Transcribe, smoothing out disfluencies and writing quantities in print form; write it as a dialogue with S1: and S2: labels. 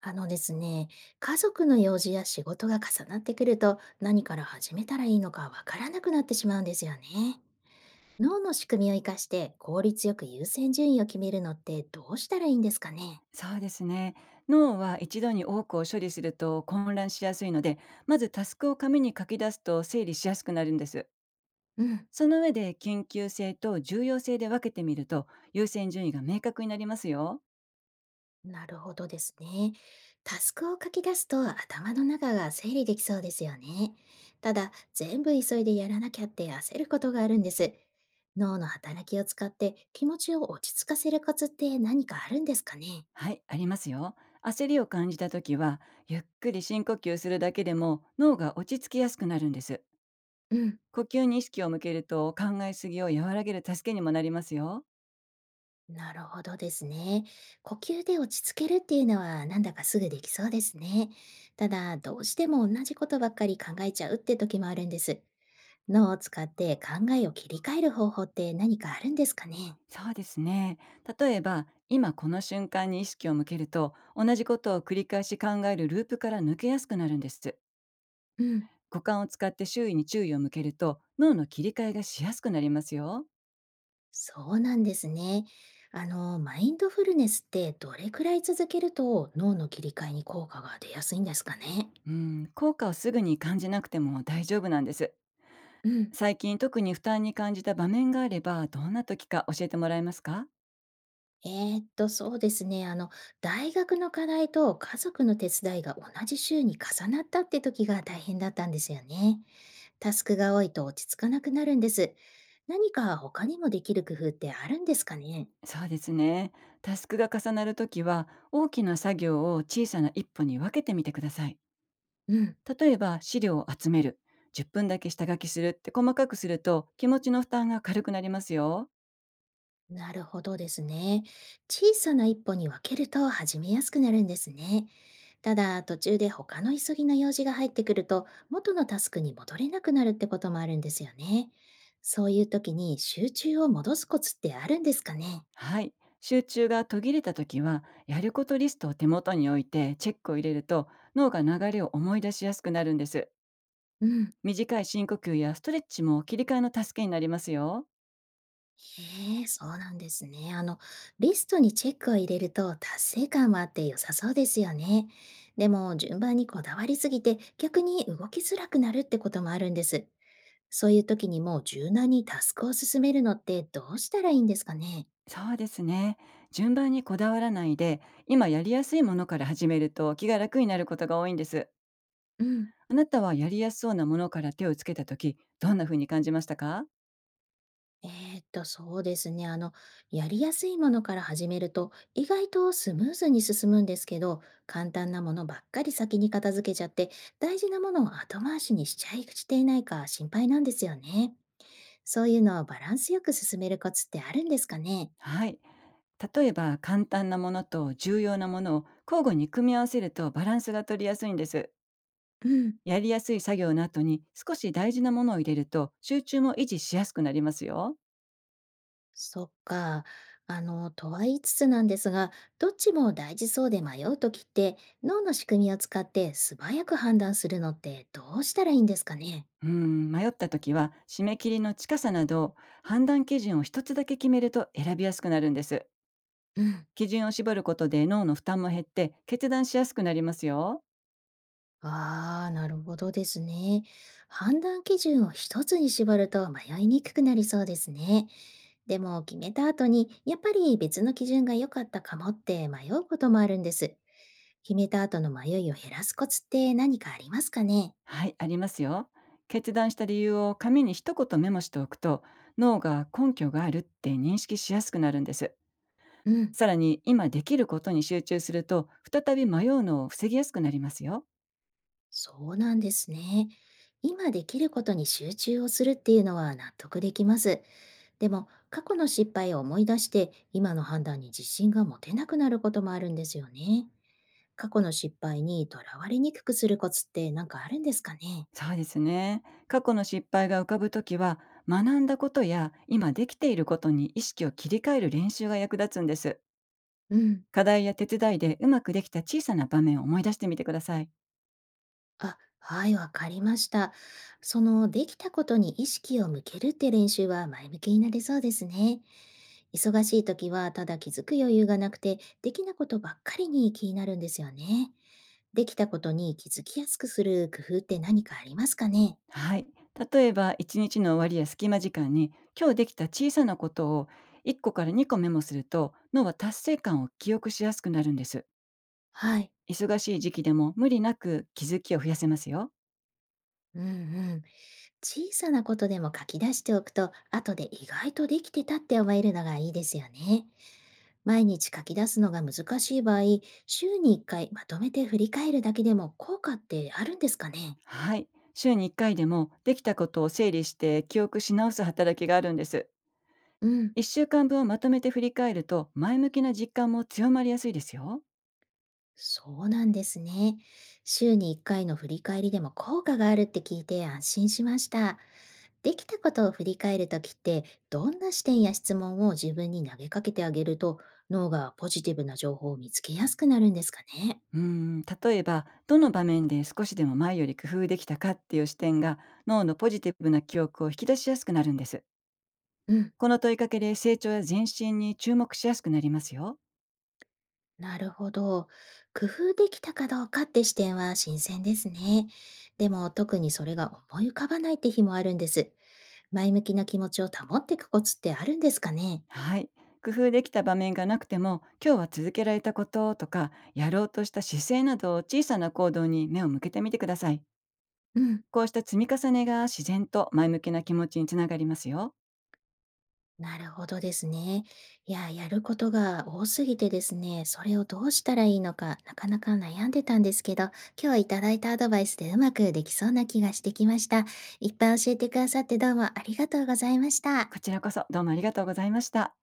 S1: あのですね、家族の用事や仕事が重なってくると何から始めたらいいのかわからなくなってしまうんですよね。脳の仕組みを活かして効率よく優先順位を決めるのってどうしたらいいんですかね？
S2: そうですね。脳は一度に多くを処理すると混乱しやすいので、まずタスクを紙に書き出すと整理しやすくなるんです。
S1: うん。
S2: その上で緊急性と重要性で分けてみると優先順位が明確になりますよ。
S1: なるほどですね。タスクを書き出すと頭の中が整理できそうですよね。ただ、全部急いでやらなきゃって焦ることがあるんです。脳の働きを使って気持ちを落ち着かせるコツって何かあるんですかね？
S2: はい、ありますよ。焦りを感じた時は、ゆっくり深呼吸するだけでも脳が落ち着きやすくなるんです。
S1: うん。
S2: 呼吸に意識を向けると考えすぎを和らげる助けにもなりますよ。
S1: なるほどですね。呼吸で落ち着けるっていうのはなんだかすぐできそうですね。ただ、どうしても同じことばっかり考えちゃうって時もあるんです。脳を使って考えを切り替える方法って何かあるんですかね？
S2: そうですね。例えば、今この瞬間に意識を向けると、同じことを繰り返し考えるループから抜けやすくなるんです。
S1: うん。
S2: 五感を使って周囲に注意を向けると、脳の切り替えがしやすくなりますよ。
S1: そうなんですね。あの、マインドフルネスってどれくらい続けると脳の切り替えに効果が出やすいんですかね？
S2: うん、効果をすぐに感じなくても大丈夫なんです。
S1: うん。
S2: 最近特に負担に感じた場面があれば、どんな時か教えてもらえますか？
S1: えそうですね。大学の課題と家族の手伝いが同じ週に重なったって時が大変だったんですよね。タスクが多いと落ち着かなくなるんです。何か他にもできる工夫ってあるんですかね？
S2: そうですね。タスクが重なるときは、大きな作業を小さな一歩に分けてみてください。
S1: うん。
S2: 例えば、資料を集める、10分だけ下書きするって細かくすると、気持ちの負担が軽くなりますよ。
S1: なるほどですね。小さな一歩に分けると始めやすくなるんですね。ただ、途中で他の急ぎの用事が入ってくると、元のタスクに戻れなくなるってこともあるんですよね。そういう時に集中を戻すコツってあるんですかね？
S2: はい。集中が途切れたときは、やることリストを手元に置いてチェックを入れると、脳が流れを思い出しやすくなるんです。
S1: うん。
S2: 短い深呼吸やストレッチも切り替えの助けになりますよ。
S1: へえ、そうなんですね。リストにチェックを入れると達成感もあって良さそうですよね。でも、順番にこだわりすぎて逆に動きづらくなるってこともあるんです。そういう時にもう柔軟にタスクを進めるのってどうしたらいいんですかね？
S2: そうですね。順番にこだわらないで、今やりやすいものから始めると気が楽になることが多いんです。
S1: うん。
S2: あなたはやりやすそうなものから手をつけたとき、どんな風に感じましたか？
S1: えそうですね。やりやすいものから始めると、意外とスムーズに進むんですけど、簡単なものばっかり先に片付けちゃって、大事なものを後回しにしちゃいしていないか心配なんですよね。そういうのをバランスよく進めるコツってあるんですかね？
S2: はい。例えば、簡単なものと重要なものを交互に組み合わせるとバランスが取りやすいんです。
S1: うん。
S2: やりやすい作業の後に少し大事なものを入れると集中も維持しやすくなりますよ。
S1: そっか。とは言いつつなんですが、どっちも大事そうで迷うときって、脳の仕組みを使って素早く判断するのってどうしたらいいんですかね？
S2: うん、迷った時は締め切りの近さなど判断基準を一つだけ決めると選びやすくなるんです。
S1: うん。
S2: 基準を絞ることで脳の負担も減って決断しやすくなりますよ。
S1: ああ、なるほどですね。判断基準を一つに絞ると迷いにくくなりそうですね。でも決めた後に、やっぱり別の基準が良かったかもって迷うこともあるんです。決めた後の迷いを減らすコツって何かありますかね？
S2: はい、ありますよ。決断した理由を紙に一言メモしておくと脳が根拠があるって認識しやすくなるんです。
S1: うん。
S2: さらに今できることに集中すると再び迷うのを防ぎやすくなりますよ。
S1: そうなんですね。今できることに集中をするっていうのは納得できます。でも過去の失敗を思い出して今の判断に自信が持てなくなることもあるんですよね。過去の失敗にとらわれにくくするコツって何かあるんですかね？
S2: そうですね。過去の失敗が浮かぶときは学んだことや今できていることに意識を切り替える練習が役立つんです。
S1: うん。
S2: 課題や手伝いでうまくできた小さな場面を思い出してみてください。
S1: あ、はい、わかりました。その、できたことに意識を向けるって練習は前向きになれそうですね。忙しい時はただ気づく余裕がなくて、できなことばっかりに気になるんですよね。できたことに気づきやすくする工夫って何かありますかね？
S2: はい。例えば、一日の終わりや隙間時間に、今日できた小さなことを1個から2個メモすると、脳は達成感を記憶しやすくなるんです。
S1: はい。
S2: 忙しい時期でも無理なく気づきを増やせますよ。
S1: うんうん。小さなことでも書き出しておくと、後で意外とできてたって思えるのがいいですよね。毎日書き出すのが難しい場合、週に1回まとめて振り返るだけでも効果ってあるんですかね？
S2: はい。週に1回でも、できたことを整理して記憶し直す働きがあるんです。
S1: うん。
S2: 1週間分をまとめて振り返ると、前向きな実感も強まりやすいですよ。
S1: そうなんですね。週に1回の振り返りでも効果があるって聞いて安心しました。できたことを振り返るときって、どんな視点や質問を自分に投げかけてあげると、脳がポジティブな情報を見つけやすくなるんですかね？
S2: うーん、例えばどの場面で少しでも前より工夫できたかっていう視点が脳のポジティブな記憶を引き出しやすくなるんです。
S1: うん。
S2: この問いかけで成長や前進に注目しやすくなりますよ。
S1: なるほど。工夫できたかどうかって視点は新鮮ですね。でも特にそれが思い浮かばないって日もあるんです。前向きな気持ちを保っていくコツってあるんですかね？
S2: はい。工夫できた場面がなくても今日は続けられたこととかやろうとした姿勢など小さな行動に目を向けてみてください。
S1: うん。
S2: こうした積み重ねが自然と前向きな気持ちにつながりますよ。
S1: なるほどですね。いや、やることが多すぎてですね、それをどうしたらいいのか、なかなか悩んでたんですけど、今日いただいたアドバイスでうまくできそうな気がしてきました。いっぱい教えてくださってどうもありがとうございました。
S2: こちらこそどうもありがとうございました。